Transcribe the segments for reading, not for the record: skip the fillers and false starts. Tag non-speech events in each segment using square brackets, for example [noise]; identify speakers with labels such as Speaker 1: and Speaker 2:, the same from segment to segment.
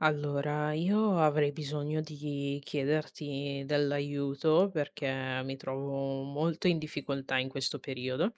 Speaker 1: Allora, io avrei bisogno di chiederti dell'aiuto perché mi trovo molto in difficoltà in questo periodo.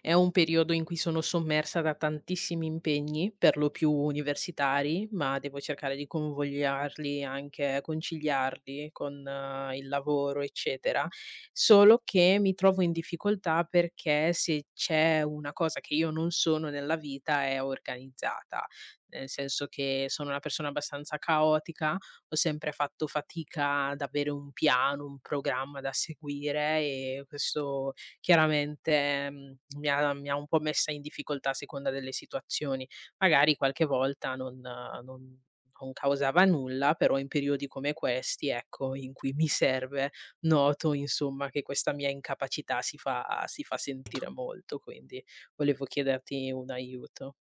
Speaker 1: È un periodo in cui sono sommersa da tantissimi impegni, per lo più universitari, ma devo cercare di convogliarli, anche conciliarli con il lavoro, eccetera. Solo che mi trovo in difficoltà perché se c'è una cosa che io non sono nella vita è organizzata, nel senso che sono una persona abbastanza caotica, ho sempre fatto fatica ad avere un piano, un programma da seguire e questo chiaramente, mi ha un po' messa in difficoltà a seconda delle situazioni. Magari qualche volta non causava nulla, però in periodi come questi, ecco, in cui mi serve, noto insomma che questa mia incapacità si fa sentire molto, quindi volevo chiederti un aiuto.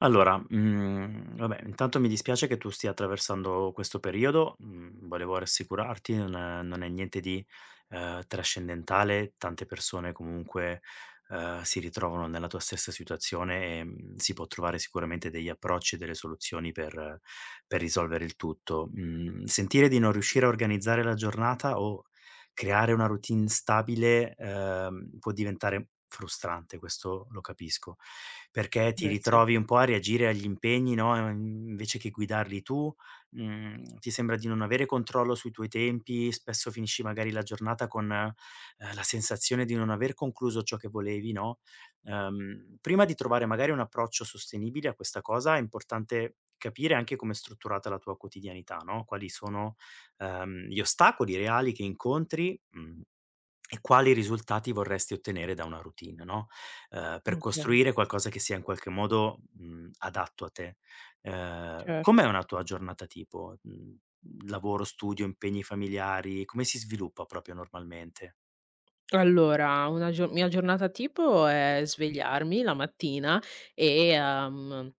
Speaker 2: Allora, vabbè, intanto mi dispiace che tu stia attraversando questo periodo, volevo rassicurarti, non è niente di, trascendentale. Tante persone comunque, si ritrovano nella tua stessa situazione e, si può trovare sicuramente degli approcci e delle soluzioni per risolvere il tutto. Mhmm, Sentire di non riuscire a organizzare la giornata o creare una routine stabile, può diventare frustrante, questo lo capisco, perché ti
Speaker 1: Grazie.
Speaker 2: ritrovi un po' a reagire agli impegni, no, invece che guidarli tu, ti sembra di non avere controllo sui tuoi tempi, spesso finisci magari la giornata con, la sensazione di non aver concluso ciò che volevi, no. Prima di trovare magari un approccio sostenibile a questa cosa, è importante capire anche come è strutturata la tua quotidianità, no, quali sono gli ostacoli reali che incontri, e quali risultati vorresti ottenere da una routine, no, per
Speaker 1: Okay.
Speaker 2: costruire qualcosa che sia in qualche modo, adatto a te. Com'è
Speaker 1: Certo.
Speaker 2: una tua giornata tipo? Mhmm, Lavoro, studio, impegni familiari, come si sviluppa proprio normalmente?
Speaker 1: Allora, una gio mia giornata tipo è svegliarmi la mattina e,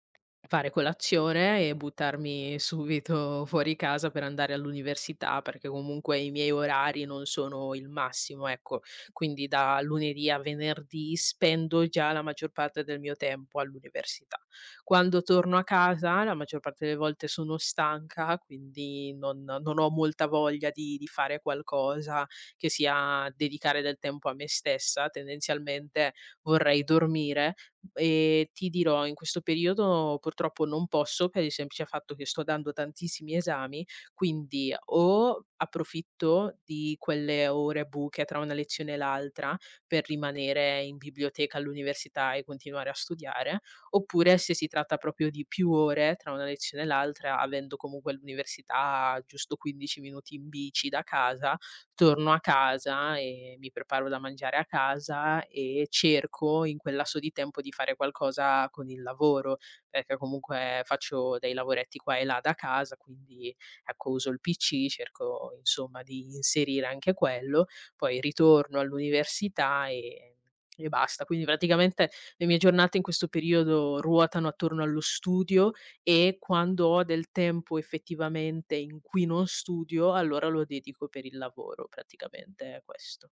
Speaker 1: fare colazione e buttarmi subito fuori casa per andare all'università, perché comunque i miei orari non sono il massimo, ecco. Quindi da lunedì a venerdì spendo già la maggior parte del mio tempo all'università. Quando torno a casa la maggior parte delle volte sono stanca, quindi non ho molta voglia di fare qualcosa che sia dedicare del tempo a me stessa, tendenzialmente vorrei dormire e ti dirò in questo periodo purtroppo non posso per il semplice fatto che sto dando tantissimi esami, quindi o approfitto di quelle ore buche tra una lezione e l'altra per rimanere in biblioteca all'università e continuare a studiare, oppure se si tratta proprio di più ore tra una lezione e l'altra, avendo comunque l'università a giusto 15 minuti in bici da casa, torno a casa e mi preparo da mangiare a casa e cerco in quel lasso di tempo di fare qualcosa con il lavoro, perché comunque faccio dei lavoretti qua e là da casa, quindi ecco uso il PC, cerco insomma di inserire anche quello, poi ritorno all'università e basta. Quindi praticamente le mie giornate in questo periodo ruotano attorno allo studio e quando ho del tempo effettivamente in cui non studio, allora lo dedico per il lavoro, praticamente è questo.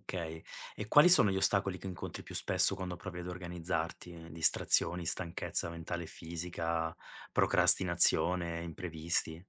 Speaker 2: Okay, e quali sono gli ostacoli che incontri più spesso quando provi ad organizzarti? Distrazioni, stanchezza mentale e fisica, procrastinazione, imprevisti?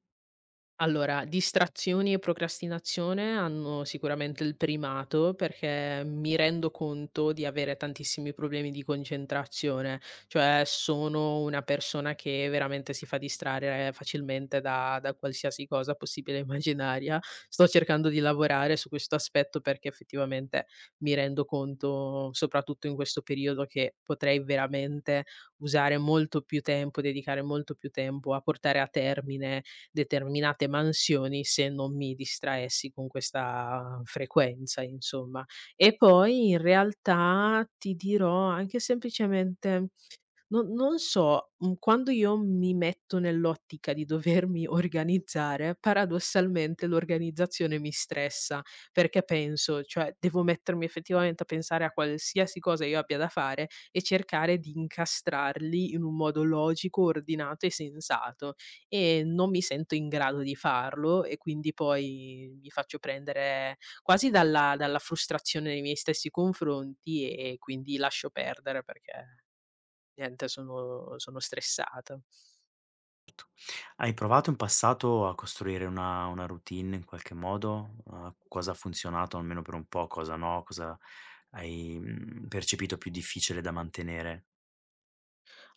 Speaker 1: Allora, distrazioni e procrastinazione hanno sicuramente il primato perché mi rendo conto di avere tantissimi problemi di concentrazione, cioè sono una persona che veramente si fa distrarre facilmente da qualsiasi cosa possibile e immaginaria. Sto cercando di lavorare su questo aspetto perché effettivamente mi rendo conto, soprattutto in questo periodo, che potrei veramente usare molto più tempo, dedicare molto più tempo a portare a termine determinate mansioni se non mi distraessi con questa frequenza, insomma. E poi in realtà ti dirò anche semplicemente no, non so, quando io mi metto nell'ottica di dovermi organizzare, paradossalmente l'organizzazione mi stressa, perché penso, cioè devo mettermi effettivamente a pensare a qualsiasi cosa io abbia da fare e cercare di incastrarli in un modo logico, ordinato e sensato e non mi sento in grado di farlo e quindi poi mi faccio prendere quasi dalla frustrazione nei miei stessi confronti e quindi lascio perdere perché niente, sono stressata.
Speaker 2: Certo. Hai provato in passato a costruire una routine in qualche modo? Cosa ha funzionato almeno per un po', cosa no, cosa hai, percepito più difficile da mantenere?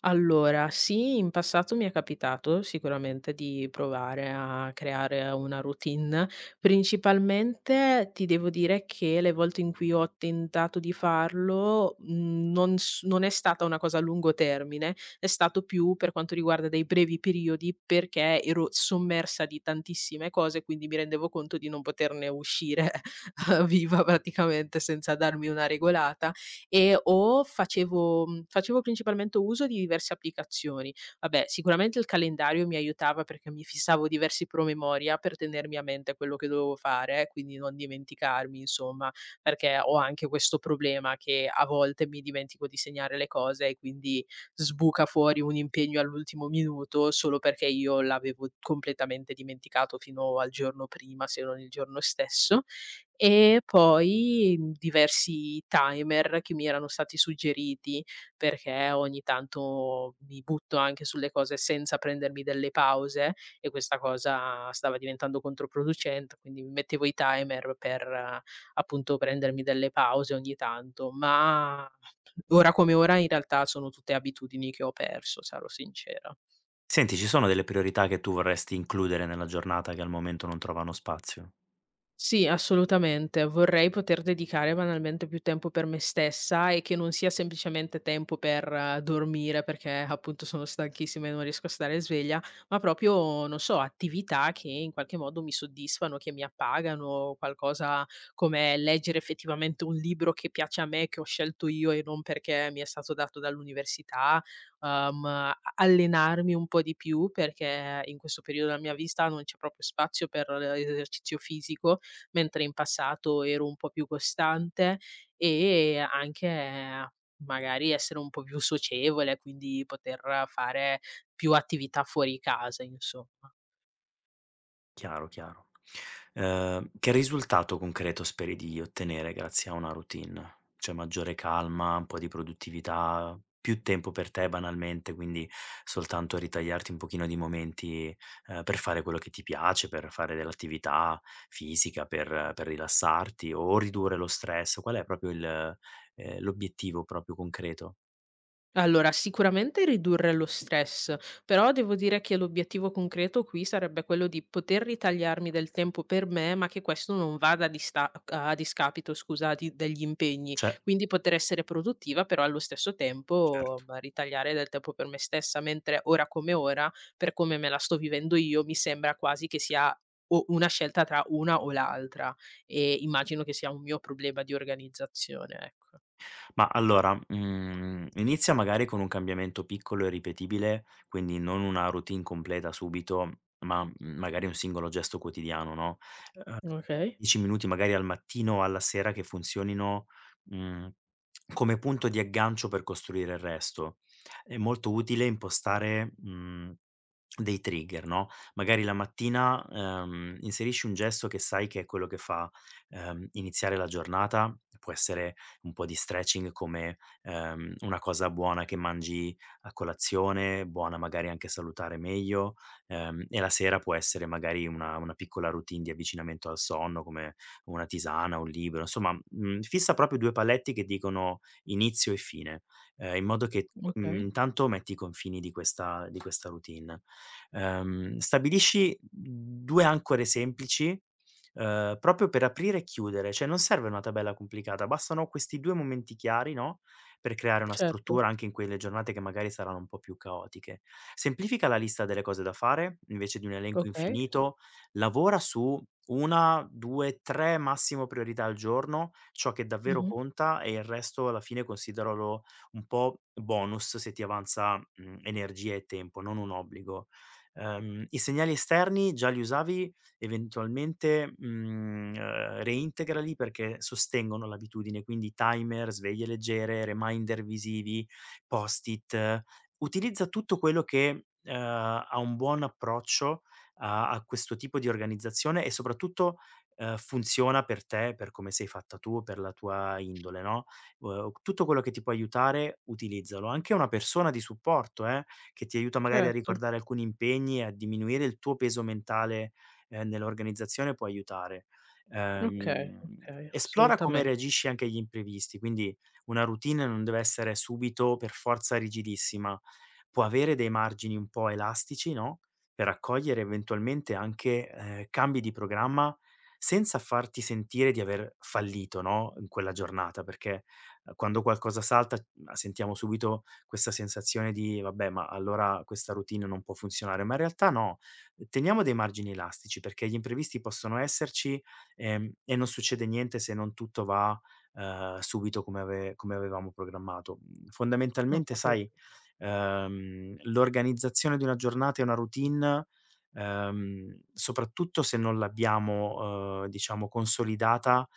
Speaker 1: Allora, sì, in passato mi è capitato sicuramente di provare a creare una routine. Principalmente ti devo dire che le volte in cui ho tentato di farlo, non è stata una cosa a lungo termine, è stato più per quanto riguarda dei brevi periodi, perché ero sommersa di tantissime cose, quindi mi rendevo conto di non poterne uscire [laughs] viva praticamente senza darmi una regolata. E o facevo facevo principalmente uso di diverse applicazioni. Vabbè, sicuramente il calendario mi aiutava perché mi fissavo diversi promemoria per tenermi a mente quello che dovevo fare, quindi non dimenticarmi insomma, perché ho anche questo problema che a volte mi dimentico di segnare le cose e quindi sbuca fuori un impegno all'ultimo minuto solo perché io l'avevo completamente dimenticato fino al giorno prima, se non il giorno stesso. E poi, diversi timer che mi erano stati suggeriti, perché ogni tanto mi butto anche sulle cose senza prendermi delle pause e questa cosa stava diventando controproducente, quindi mi mettevo i timer per, appunto, prendermi delle pause ogni tanto, ma ora come ora in realtà sono tutte abitudini che ho perso, sarò sincera.
Speaker 2: Senti, ci sono delle priorità che tu vorresti includere nella giornata che al momento non trovano spazio?
Speaker 1: Sì, assolutamente. Vorrei poter dedicare banalmente più tempo per me stessa e che non sia semplicemente tempo per dormire perché appunto sono stanchissima e non riesco a stare sveglia, ma proprio, non so, attività che in qualche modo mi soddisfano, che mi appagano, qualcosa come leggere effettivamente un libro che piace a me, che ho scelto io e non perché mi è stato dato dall'università, allenarmi un po' di più perché in questo periodo della mia vita non c'è proprio spazio per l'esercizio fisico, mentre in passato ero un po' più costante e anche magari essere un po' più socievole, quindi poter fare più attività fuori casa, insomma.
Speaker 2: Chiaro, chiaro. Che risultato concreto speri di ottenere grazie a una routine? Cioè maggiore calma, un po' di produttività, più tempo per te banalmente, quindi soltanto ritagliarti un pochino di momenti, per fare quello che ti piace, per fare dell'attività fisica, per rilassarti o ridurre lo stress? Qual è proprio il l'obiettivo proprio concreto?
Speaker 1: Allora, sicuramente ridurre lo stress, però devo dire che l'obiettivo concreto qui sarebbe quello di poter ritagliarmi del tempo per me, ma che questo non vada a discapito, scusa, degli impegni.
Speaker 2: Cioè
Speaker 1: Quindi poter essere produttiva, però allo stesso tempo
Speaker 2: certo.
Speaker 1: ma, ritagliare del tempo per me stessa, mentre ora come ora, per come me la sto vivendo io, mi sembra quasi che sia o una scelta tra una o l'altra e immagino che sia un mio problema di organizzazione, ecco.
Speaker 2: Ma allora, inizia magari con un cambiamento piccolo e ripetibile, quindi non una routine completa subito, ma, magari un singolo gesto quotidiano, no,
Speaker 1: Ok,
Speaker 2: 10 minuti magari al mattino o alla sera che funzionino, mhmm, come punto di aggancio per costruire il resto. È molto utile impostare, dei trigger, no, magari la mattina, inserisci un gesto che sai che è quello che fa, iniziare la giornata. Può essere un po' di stretching come, una cosa buona che mangi a colazione, buona magari anche salutare meglio, e la sera può essere magari una piccola routine di avvicinamento al sonno come una tisana, un libro, insomma. Mhmm, Fissa proprio 2 paletti che dicono inizio e fine, in modo che,
Speaker 1: ok,
Speaker 2: intanto metti i confini di questa routine. Stabilisci 2 ancore semplici, proprio per aprire e chiudere, cioè non serve una tabella complicata, bastano questi 2 momenti chiari, no, per creare una
Speaker 1: certo.
Speaker 2: struttura anche in quelle giornate che magari saranno un po' più caotiche. Semplifica la lista delle cose da fare, invece di un elenco
Speaker 1: Okay.
Speaker 2: infinito, lavora su 1, 2, 3 massimo priorità al giorno, ciò che davvero
Speaker 1: Mh-mh.
Speaker 2: conta, e il resto alla fine consideralo un po' bonus se ti avanza, energia e tempo, non un obbligo. I segnali esterni già li usavi? Eventualmente, reintegrali perché sostengono l'abitudine, quindi timer, sveglie leggere, reminder visivi, post-it. Utilizza tutto quello che, ha un buon approccio a questo tipo di organizzazione e soprattutto, funziona per te, per come sei fatta tu, per la tua indole, no, tutto quello che ti può aiutare utilizzalo. Anche una persona di supporto, che ti aiuta magari a
Speaker 1: Certo.
Speaker 2: ricordare alcuni impegni e a diminuire il tuo peso mentale, nell'organizzazione, può aiutare.
Speaker 1: Okay, okay,
Speaker 2: Esplora, okay, come
Speaker 1: assolutamente.
Speaker 2: reagisci anche agli imprevisti, quindi una routine non deve essere subito per forza rigidissima, può avere dei margini un po' elastici, no, per accogliere eventualmente anche, cambi di programma senza farti sentire di aver fallito, no, in quella giornata, perché, quando qualcosa salta, sentiamo subito questa sensazione di: "Vabbè, ma allora questa routine non può funzionare", ma in realtà no, teniamo dei margini elastici perché gli imprevisti possono esserci, e non succede niente se non tutto va, subito come avevamo programmato. Mhmm,
Speaker 1: Ho
Speaker 2: Fondamentalmente
Speaker 1: capito.
Speaker 2: sai, l'organizzazione di una giornata e una routine, soprattutto se non l'abbiamo, diciamo, consolidata,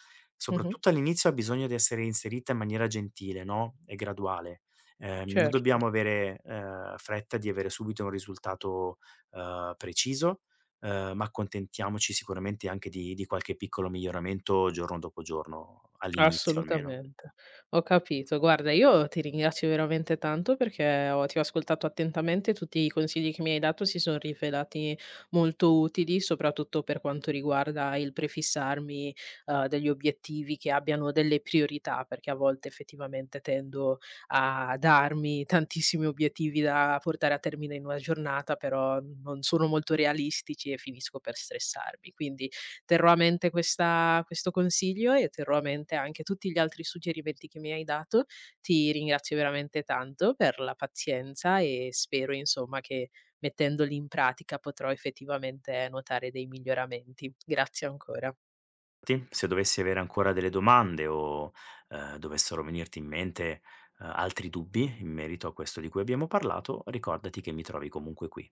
Speaker 1: Mh-mh.
Speaker 2: soprattutto all'inizio ha bisogno di essere inserita in maniera gentile, no, e graduale. Non
Speaker 1: Certo.
Speaker 2: dobbiamo avere, fretta di avere subito un risultato, preciso, ma accontentiamoci sicuramente anche di qualche piccolo miglioramento giorno dopo giorno, all'inizio almeno.
Speaker 1: Assolutamente, ho capito. Guarda, io ti ringrazio veramente tanto perché ho ti ho ascoltato attentamente, tutti i consigli che mi hai dato si son rivelati molto utili, soprattutto per quanto riguarda il prefissarmi, degli obiettivi che abbiano delle priorità, perché a volte effettivamente tendo a darmi tantissimi obiettivi da portare a termine in una giornata, però non sono molto realistici e finisco per stressarmi. Quindi terrò a mente questa questo consiglio e terrò a mente anche tutti gli altri suggerimenti che mi hai dato. Ti ringrazio veramente tanto per la pazienza e spero, insomma, che mettendoli in pratica potrò effettivamente notare dei miglioramenti. Grazie ancora.
Speaker 2: Se dovessi avere ancora delle domande o, dovessero venirti in mente, altri dubbi in merito a questo di cui abbiamo parlato, ricordati che mi trovi comunque qui.